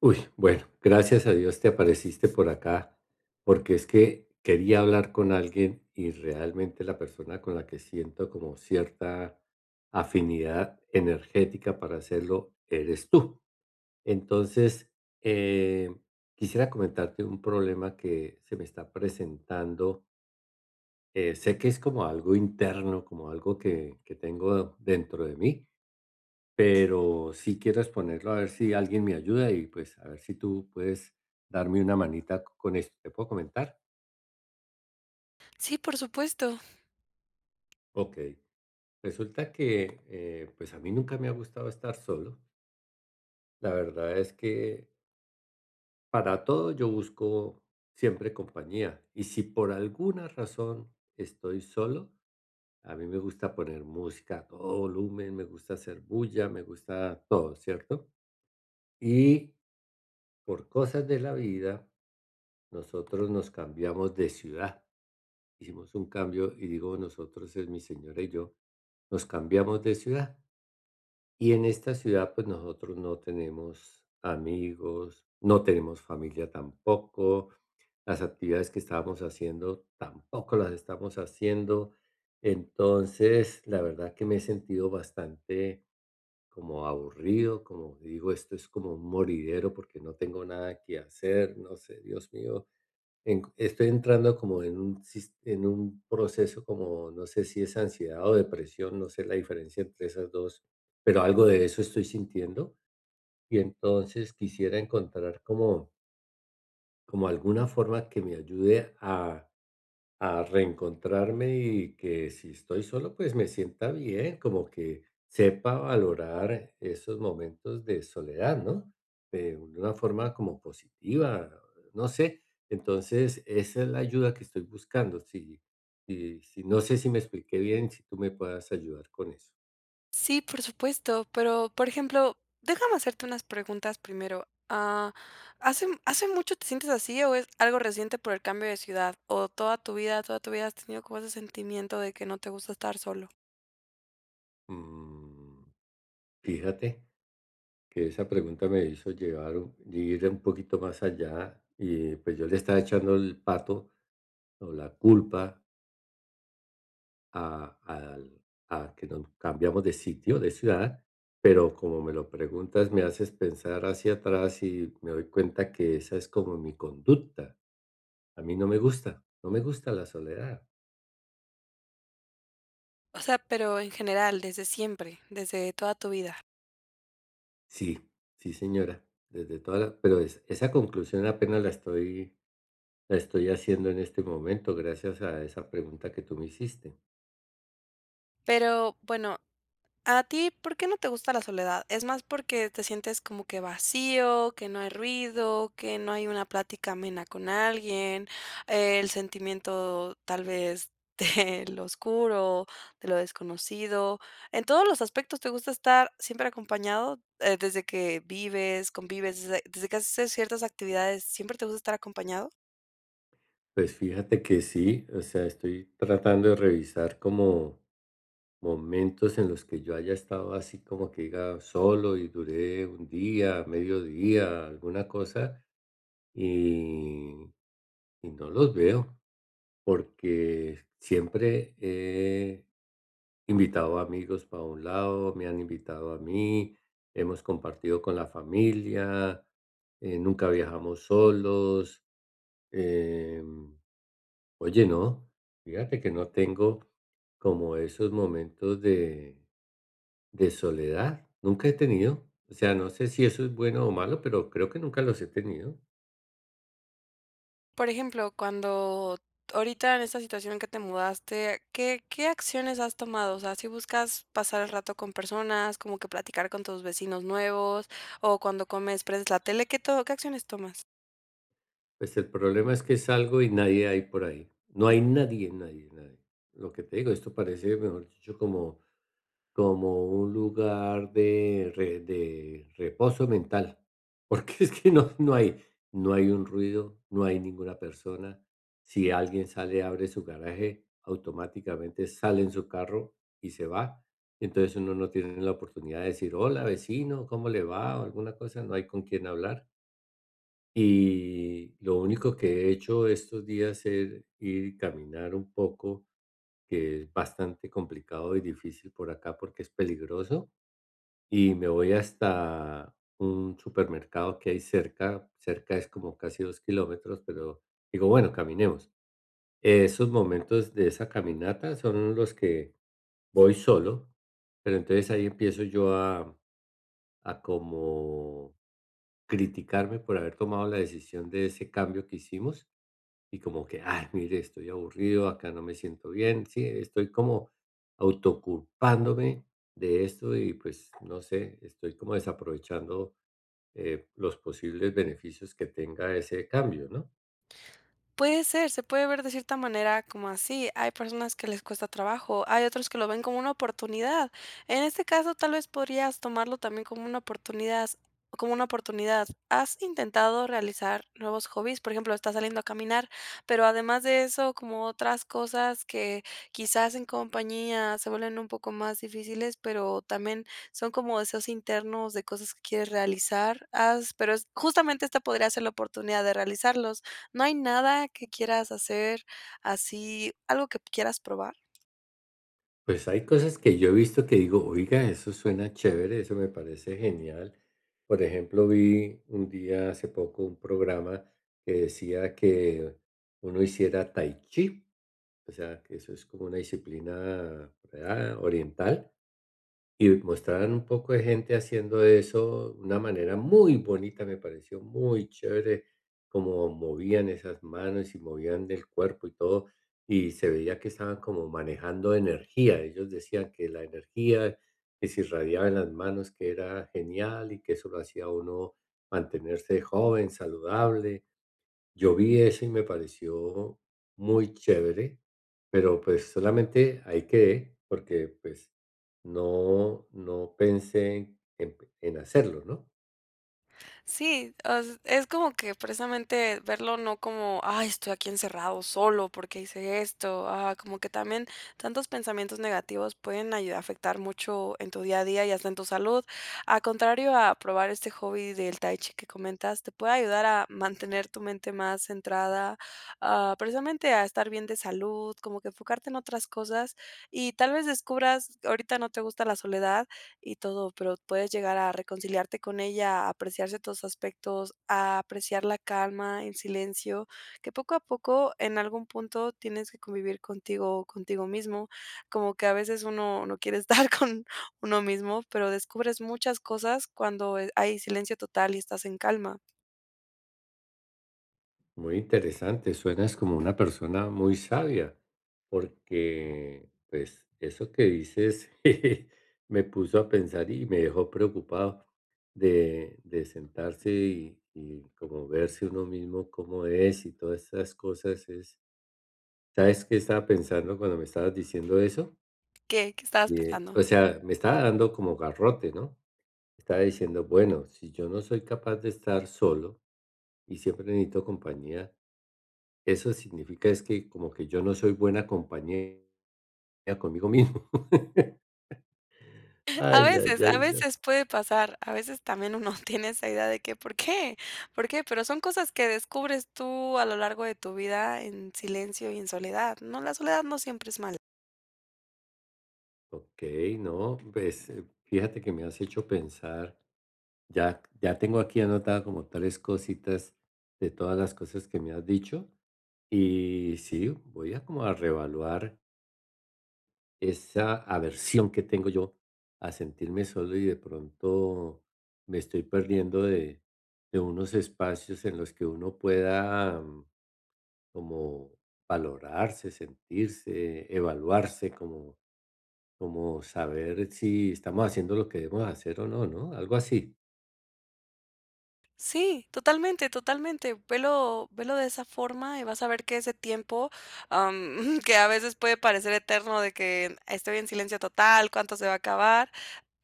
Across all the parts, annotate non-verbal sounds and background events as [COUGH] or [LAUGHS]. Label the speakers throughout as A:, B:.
A: Uy, bueno, gracias a Dios te apareciste por acá, porque es que quería hablar con alguien y realmente la persona con la que siento como cierta afinidad energética para hacerlo eres tú. Entonces, eh, quisiera comentarte un problema que se me está presentando. Sé que es como algo interno, como algo que tengo dentro de mí, pero sí quiero exponerlo a ver si alguien me ayuda y pues a ver si tú puedes darme una manita con esto. ¿Te puedo comentar?
B: Sí, por supuesto.
A: Ok, resulta que pues a mí nunca me ha gustado estar solo. La verdad es que para todo yo busco siempre compañía, y si por alguna razón estoy solo, a mí me gusta poner música a todo volumen, me gusta hacer bulla, me gusta todo, ¿cierto? Y por cosas de la vida nosotros nos cambiamos de ciudad, hicimos un cambio, y digo nosotros es mi señora y yo, nos cambiamos de ciudad, y en esta ciudad pues nosotros no tenemos amigos, no tenemos familia tampoco, las actividades que estábamos haciendo tampoco las estamos haciendo. Entonces, la verdad que me he sentido bastante como aburrido, como digo, esto es como un moridero porque no tengo nada que hacer, no sé, Dios mío, en estoy entrando como en un proceso, como, no sé si es ansiedad o depresión, no sé la diferencia entre esas dos, pero algo de eso estoy sintiendo, y entonces quisiera encontrar como alguna forma que me ayude a reencontrarme, y que si estoy solo, pues me sienta bien, como que sepa valorar esos momentos de soledad, ¿no? De una forma como positiva, no sé. Entonces, esa es la ayuda que estoy buscando. Si, no sé si me expliqué bien, si tú me puedas ayudar con eso.
B: Sí, por supuesto. Pero, por ejemplo, déjame hacerte unas preguntas primero. ¿Hace mucho te sientes así o es algo reciente por el cambio de ciudad? ¿O toda tu vida has tenido como ese sentimiento de que no te gusta estar solo?
A: Mm, fíjate que esa pregunta me hizo llevar, ir un poquito más allá, y pues yo le estaba echando el pato o la culpa a al a que nos cambiamos de sitio, de ciudad, pero como me lo preguntas, me haces pensar hacia atrás y me doy cuenta que esa es como mi conducta. A mí no me gusta, no me gusta la soledad.
B: O sea, pero en general, desde siempre, desde toda tu vida.
A: Sí, sí, señora, desde toda la, pero es esa conclusión apenas la estoy haciendo en este momento, gracias a esa pregunta que tú me hiciste.
B: Pero bueno, ¿a ti por qué no te gusta la soledad? ¿Es más porque te sientes como que vacío, que no hay ruido, que no hay una plática amena con alguien, el sentimiento tal vez de [LAUGHS] lo oscuro, de lo desconocido? ¿En todos los aspectos te gusta estar siempre acompañado, desde que vives, convives, desde que haces ciertas actividades, siempre te gusta estar acompañado?
A: Pues fíjate que sí, o sea, estoy tratando de revisar como momentos en los que yo haya estado así, como que diga solo, y duré un día, medio día, alguna cosa, y, y no los veo, porque siempre he invitado amigos para un lado, me han invitado a mí, hemos compartido con la familia, nunca viajamos solos. em, oye, no, fíjate que no tengo como esos momentos de soledad, nunca he tenido. O sea, no sé si eso es bueno o malo, pero creo que nunca los he tenido.
B: Por ejemplo, cuando ahorita en esta situación que te mudaste, ¿qué acciones has tomado? O sea, ¿si buscas pasar el rato con personas, como que platicar con tus vecinos nuevos, o cuando comes prendes la tele? ¿Qué todo? ¿Qué acciones tomas?
A: Pues el problema es que salgo y nadie hay por ahí. No hay nadie, nadie, nadie. Lo que te digo, esto parece, mejor dicho, como un lugar de reposo mental, porque [LAUGHS] es que no hay un ruido, no hay ninguna persona. Si alguien sale, abre su garaje, automáticamente sale en su carro y se va. Entonces, uno no tiene la oportunidad de decir: "Hola, vecino, ¿cómo le va?", o alguna cosa, no hay con quién hablar. Y lo único que he hecho estos días es ir y caminar un poco, que es bastante complicado y difícil por acá porque es peligroso. Y me voy hasta un supermercado que hay cerca, cerca es como casi 2 km, pero digo, bueno, caminemos. Esos momentos de esa caminata son los que voy solo, pero entonces ahí empiezo yo a como criticarme por haber tomado la decisión de ese cambio que hicimos, y como que, ay, mire, estoy aburrido, acá no me siento bien. Sí, estoy como autoculpándome de esto, y pues no sé, estoy como desaprovechando los posibles beneficios que tenga ese cambio, ¿no?
B: Puede ser, se puede ver de cierta manera como así. Hay personas que les cuesta trabajo, hay otros que lo ven como una oportunidad. En este caso, tal vez podrías tomarlo también como una oportunidad, como una oportunidad. ¿Has intentado realizar nuevos hobbies? Por ejemplo, estás saliendo a caminar, pero además de eso, como otras cosas que quizás en compañía se vuelven un poco más difíciles, pero también son como deseos internos de cosas que quieres realizar. Haz, justamente esta podría ser la oportunidad de realizarlos. ¿No hay nada que quieras hacer así, algo que quieras probar?
A: Pues hay cosas que yo he visto que digo, oiga, eso suena chévere, eso me parece genial. Por ejemplo, vi un día hace poco un programa que decía que uno hiciera tai chi, o sea, que eso es como una disciplina, ¿verdad?, oriental. Y mostraban un poco de gente haciendo eso, de una manera muy bonita, me pareció muy chévere, como movían esas manos y movían del cuerpo y todo, y se veía que estaban como manejando energía. Ellos decían que la energía que se irradiaba en las manos, que era genial, y que eso lo hacía a uno mantenerse joven, saludable. Yo vi eso y me pareció muy chévere, pero pues solamente ahí quedé, porque pues no pensé en hacerlo, ¿no?
B: Sí, as es como que precisamente verlo no como: "Ay, estoy aquí encerrado solo, ¿porque hice esto?". Como que también tantos pensamientos negativos pueden ayudar a afectar mucho en tu día a día y hasta en tu salud. A contrario a probar este hobby del tai chi que comentas, te puede ayudar a mantener tu mente más centrada, precisamente a estar bien de salud, como que enfocarte en otras cosas, y tal vez descubras ahorita no te gusta la soledad, y todo, pero puedes llegar a reconciliarte con ella, a apreciar ciertos aspectos, a apreciar la calma, el silencio, que poco a poco en algún punto tienes que convivir contigo, contigo mismo, como que a veces uno no quiere estar [LAUGHS] con uno mismo, pero descubres muchas cosas cuando, hay silencio total y estás en calma.
A: Muy interesante, suenas como una persona muy sabia, porque pues eso que dices [LAUGHS] jeje, me puso a pensar y me dejó preocupado de sentarse y como verse uno mismo cómo es, y todas esas cosas es... ¿Sabes qué estaba pensando cuando me estabas diciendo eso?
B: ¿Qué? ¿Qué estabas
A: Eh,
B: pensando?
A: o sea, me estaba dando como garrote, ¿no? Estaba diciendo, bueno, si yo no soy capaz de estar solo y siempre necesito compañía, eso significa es que como que yo no soy buena compañía conmigo mismo. [LAUGHS] Ay, ay,
B: A
A: ay, no.
B: veces puede pasar, a veces también uno [LAUGHS] tiene esa idea de que, ¿por qué? ¿Por qué? Pero son cosas que descubres tú a lo largo de tu vida en silencio y en soledad, ¿no? La soledad no siempre es mala.
A: Ok, no, pues fíjate que me has hecho pensar, ya, ya tengo aquí anotada como tres cositas de todas las cosas que me has dicho, y sí, voy a como a reevaluar esa aversión que tengo yo a sentirme solo, y de pronto me estoy perdiendo de unos espacios en los que uno pueda como valorarse, sentirse, evaluarse, como saber si estamos haciendo lo que debemos hacer o no, ¿no? Algo así.
B: Sí, totalmente, totalmente. Velo, velo de esa forma y vas a ver que ese tiempo, [LAUGHS] que a veces puede parecer eterno de que estoy en silencio total, cuánto se va a acabar,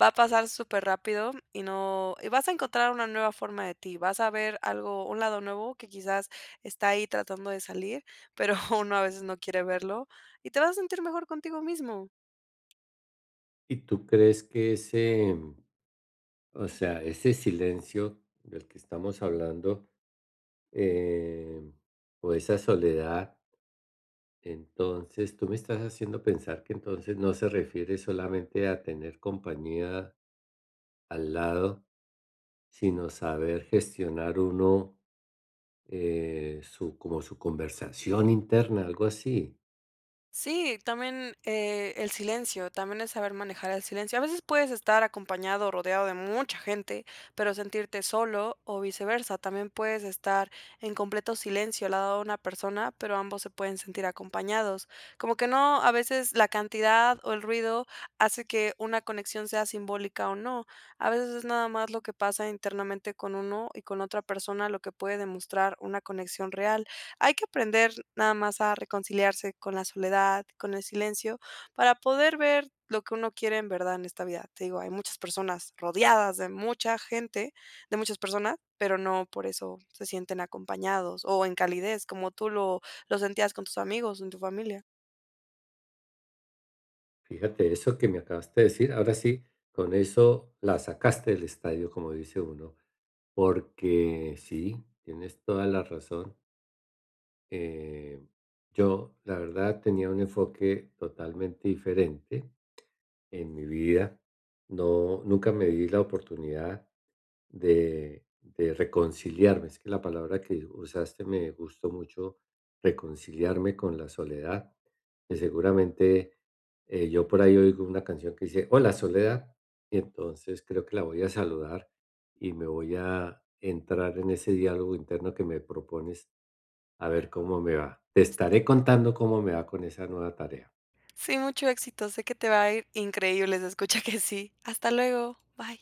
B: va a pasar súper rápido y no, y vas a encontrar una nueva forma de ti, vas a ver algo, un lado nuevo que quizás está ahí tratando de salir, pero [LAUGHS] uno a veces no quiere verlo y te vas a sentir mejor contigo mismo.
A: ¿Y tú crees que ese, o sea, ese silencio del que estamos hablando, eh, o esa soledad... Entonces, tú me estás haciendo pensar que entonces no se refiere solamente a tener compañía al lado, sino saber gestionar uno su, como su conversación interna, algo así.
B: Sí, también, el silencio, también es saber manejar el silencio. A veces puedes estar acompañado o rodeado de mucha gente, pero sentirte solo o viceversa. También puedes estar en completo silencio al lado de una persona, pero ambos se pueden sentir acompañados. Como que no, a veces la cantidad o el ruido hace que una conexión sea simbólica o no. A veces es nada más lo que pasa internamente con uno y con otra persona lo que puede demostrar una conexión real. Hay que aprender nada más a reconciliarse con la soledad, con el silencio, para poder ver lo que uno quiere en verdad en esta vida. Te digo, hay muchas personas rodeadas de mucha gente, de muchas personas, pero no por eso se sienten acompañados o en calidez, como tú lo sentías con tus amigos, en tu familia.
A: Fíjate, eso que me acabaste de decir, ahora sí, con eso la sacaste del estadio, como dice uno, porque sí, tienes toda la razón. Eh, yo, la verdad, tenía un enfoque totalmente diferente en mi vida, no, nunca me di la oportunidad de reconciliarme. Es que la palabra que usaste me gustó mucho, reconciliarme con la soledad, que seguramente yo por ahí oigo una canción que dice, "Hola Soledad", y entonces creo que la voy a saludar, y me voy a entrar en ese diálogo interno que me propones, a ver cómo me va. Te estaré contando cómo me va con esa nueva tarea.
B: Sí, mucho éxito. Sé que te va a ir increíble. Se escucha que sí. Hasta luego. Bye.